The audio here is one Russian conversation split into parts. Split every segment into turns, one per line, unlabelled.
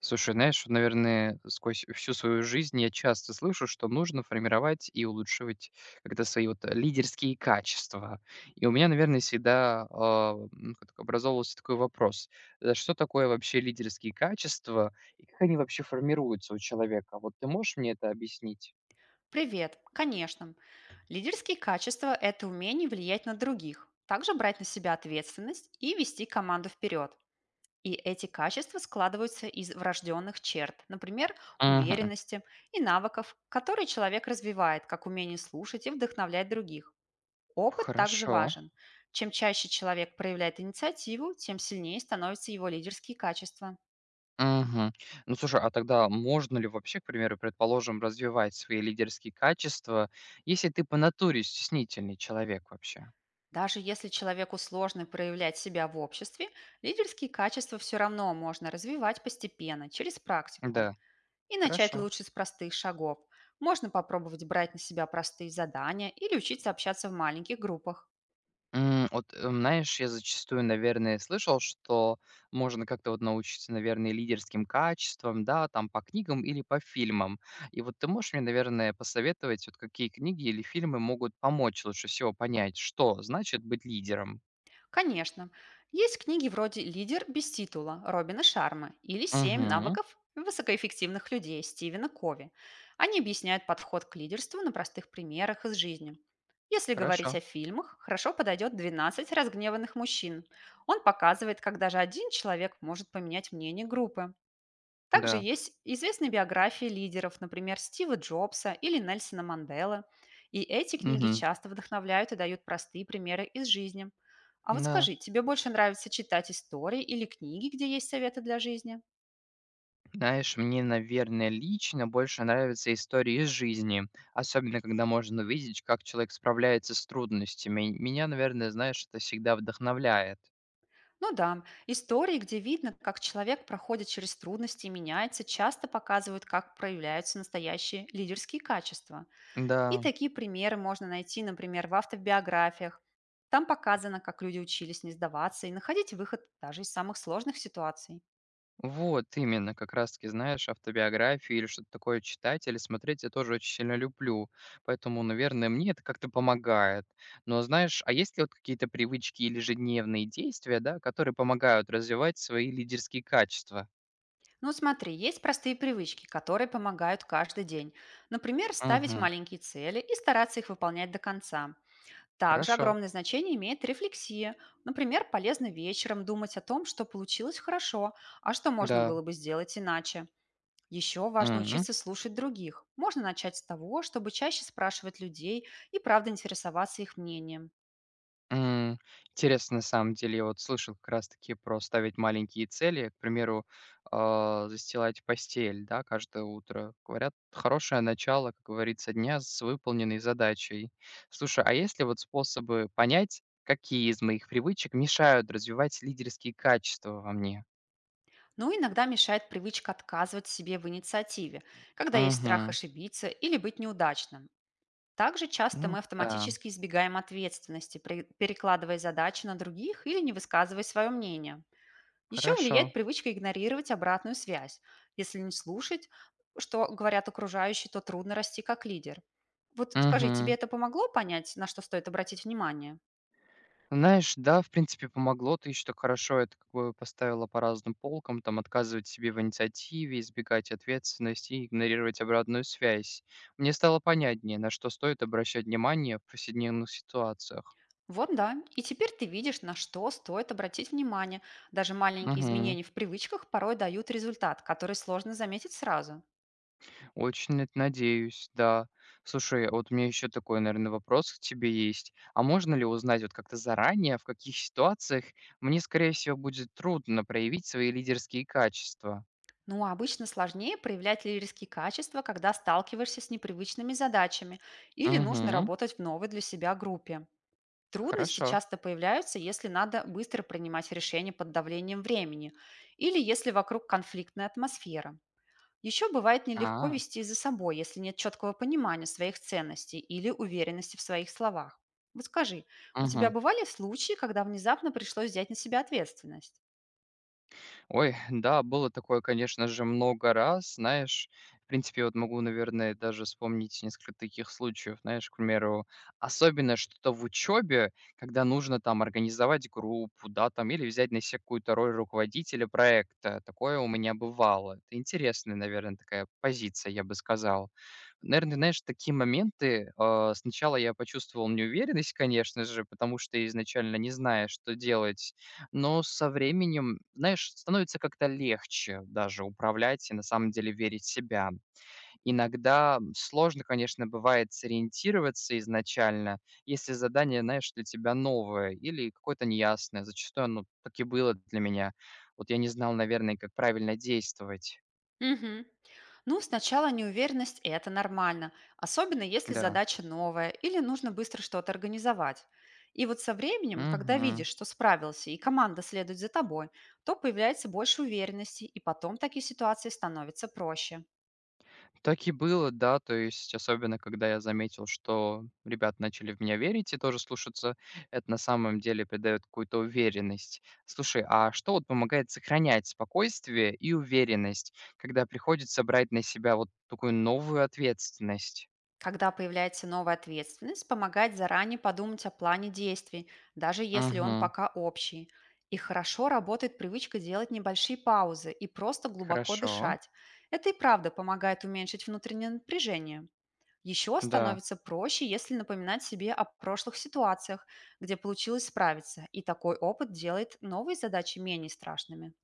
Слушай, знаешь, вот, наверное, сквозь всю свою жизнь я часто слышу, что нужно формировать и улучшивать как-то свои вот лидерские качества. И у меня, наверное, всегда как так образовывался такой вопрос. Что такое вообще лидерские качества и как они вообще формируются у человека? Вот ты можешь мне это объяснить?
Привет, конечно. Лидерские качества– это умение влиять на других, также брать на себя ответственность и вести команду вперед. И эти качества складываются из врожденных черт, например,
Мгм.
уверенности и навыков, которые человек развивает, как умение слушать и вдохновлять других. Опыт также
Хорошо.
важен. Чем чаще человек проявляет инициативу, тем сильнее становятся его лидерские качества.
Мгм. Ну, слушай, а тогда можно ли вообще, к примеру, предположим, развивать свои лидерские качества, если ты по натуре стеснительный человек вообще?
Даже если человеку сложно проявлять себя в обществе, лидерские качества все равно можно развивать постепенно, через практику.
Да,
И начать
хорошо.
лучше с простых шагов. Можно попробовать брать на себя простые задания или учиться общаться в маленьких группах.
Вот, знаешь, я зачастую, наверное, слышал, что можно как-то вот научиться, наверное, лидерским качествам, да, там по книгам или по фильмам. И вот ты можешь мне, наверное, посоветовать, вот какие книги или фильмы могут помочь лучше всего понять, что значит быть лидером?
Конечно, есть книги вроде «Лидер без титула» Робина Шарма или «Семь
Мгм.
навыков высокоэффективных людей» Стивена Кови. Они объясняют подход к лидерству на простых примерах из жизни. Если
Хорошо.
говорить о фильмах, хорошо подойдет "12 разгневанных мужчин». Он показывает, как даже один человек может поменять мнение группы. Также
Да.
есть известные биографии лидеров, например, Стива Джобса или Нельсона Манделы. И эти книги
Мгм.
часто вдохновляют и дают простые примеры из жизни. А вот
Да.
скажи, тебе больше нравится читать истории или книги, где есть советы для жизни?
Знаешь, мне, наверное, лично больше нравятся истории из жизни, особенно когда можно увидеть, как человек справляется с трудностями. Меня, наверное, знаешь, это всегда вдохновляет.
Ну да, истории, где видно, как человек проходит через трудности и меняется, часто показывают, как проявляются настоящие лидерские качества. И
Да,
такие примеры можно найти, например, в автобиографиях. Там показано, как люди учились не сдаваться и находить выход даже из самых сложных ситуаций.
вот именно, как раз-таки, знаешь, автобиографии или что-то такое читать или смотреть я тоже очень сильно люблю. Поэтому, наверное, мне это как-то помогает. Но знаешь, а есть ли вот какие-то привычки или ежедневные действия, да, которые помогают развивать свои лидерские качества?
Ну смотри, есть простые привычки, которые помогают каждый день. Например, ставить
Угу,
маленькие цели и стараться их выполнять до конца. Также
хорошо,
огромное значение имеет рефлексия. Например, полезно вечером думать о том, что получилось хорошо, а что можно
да.
было бы сделать иначе. Еще важно
Мгм.
учиться слушать других. Можно начать с того, чтобы чаще спрашивать людей и правда интересоваться их мнением.
М, интересно, на самом деле. Я вот слышал как раз таки про ставить маленькие цели, к примеру, застилать постель, да, каждое утро. Говорят, хорошее начало, как говорится, дня с выполненной задачей. Слушай, а есть ли вот способы понять, какие из моих привычек мешают развивать лидерские качества во мне?
Но иногда мешает привычка отказывать себе в инициативе, когда есть страх
Мгм.
ошибиться или быть неудачным. Также часто
Ну
мы
да,
автоматически избегаем ответственности, перекладывая задачи на других или не высказывая свое мнение. Еще
хорошо.
влияет привычка игнорировать обратную связь. Если не слушать, что говорят окружающие, то трудно расти как лидер. Вот скажи, тебе
Мгм.
это помогло понять, на что стоит обратить внимание?
Знаешь, да, в принципе, помогло. Ты еще так хорошо это как бы поставила по разным полкам, там, отказывать себе в инициативе, избегать ответственности и игнорировать обратную связь. Мне стало понятнее, на что стоит обращать внимание в повседневных ситуациях.
Вот да, и теперь ты видишь, на что стоит обратить внимание. Даже маленькие
Угу.
изменения в привычках порой дают результат, который сложно заметить сразу.
Очень на это надеюсь, да. Слушай, а вот у меня еще такой, наверное, вопрос к тебе есть. А можно ли узнать вот как-то заранее, в каких ситуациях мне, скорее всего, будет трудно проявить свои лидерские качества?
Ну, а обычно сложнее проявлять лидерские качества, когда сталкиваешься с непривычными задачами или нужно
Угу.
работать в новой для себя группе. Трудности
Хорошо.
часто появляются, если надо быстро принимать решения под давлением времени или если вокруг конфликтная атмосфера. Еще бывает нелегко
А.
вести за собой, если нет четкого понимания своих ценностей или уверенности в своих словах. Вот скажи, у тебя
Мгм.
бывали случаи, когда внезапно пришлось взять на себя ответственность?
Ой, да, было такое, конечно же, много раз, знаешь. В принципе, вот могу, наверное, даже вспомнить несколько таких случаев, знаешь, к примеру, особенно что-то в учебе, когда нужно там организовать группу, да, там, или взять на себя какую-то роль руководителя проекта. Такое у меня бывало. Это интересная, наверное, такая позиция, я бы сказал. Наверное, знаешь, такие моменты, сначала я почувствовал неуверенность, конечно же, потому что изначально не зная, что делать, но со временем, знаешь, становится как-то легче даже управлять и на самом деле верить в себя. Иногда сложно, конечно, бывает сориентироваться изначально, если задание, знаешь, для тебя новое или какое-то неясное. Зачастую оно так и было для меня. Вот я не знал, наверное, как правильно действовать.
Мгм. Ну, сначала неуверенность– это нормально, особенно если
Да.
задача новая или нужно быстро что-то организовать. И вот со временем, когда
Мгм.
видишь, что справился и команда следует за тобой, то появляется больше уверенности, и потом такие ситуации становятся проще.
Так и было, да. То есть особенно, когда я заметил, что ребята начали в меня верить и тоже слушаться, это на самом деле придает какую-то уверенность. Слушай, а что вот помогает сохранять спокойствие и уверенность, когда приходится брать на себя вот такую новую ответственность?
Когда появляется новая ответственность, помогает заранее подумать о плане действий, даже если он
Угу.
пока общий. И хорошо работает привычка делать небольшие паузы и просто глубоко
Хорошо.
дышать. Это и правда помогает уменьшить внутреннее напряжение. Еще
Да.
становится проще, если напоминать себе о прошлых ситуациях, где получилось справиться, и такой опыт делает новые задачи менее страшными.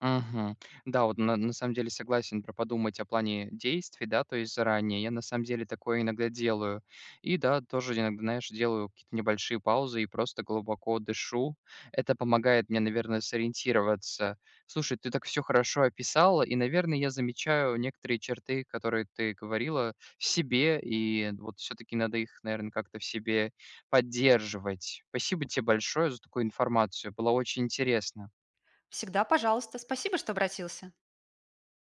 Мгм. Да, вот на самом деле согласен про подумать о плане действий, да, то есть заранее. Я на самом деле такое иногда делаю. И да, тоже иногда, знаешь, делаю какие-то небольшие паузы и просто глубоко дышу. Это помогает мне, наверное, сориентироваться. Слушай, ты так все хорошо описала, и, наверное, я замечаю некоторые черты, которые ты говорила, в себе, и вот все-таки надо их, наверное, как-то в себе поддерживать. Спасибо тебе большое за такую информацию. Было очень интересно.
Всегда, пожалуйста, спасибо, что обратился.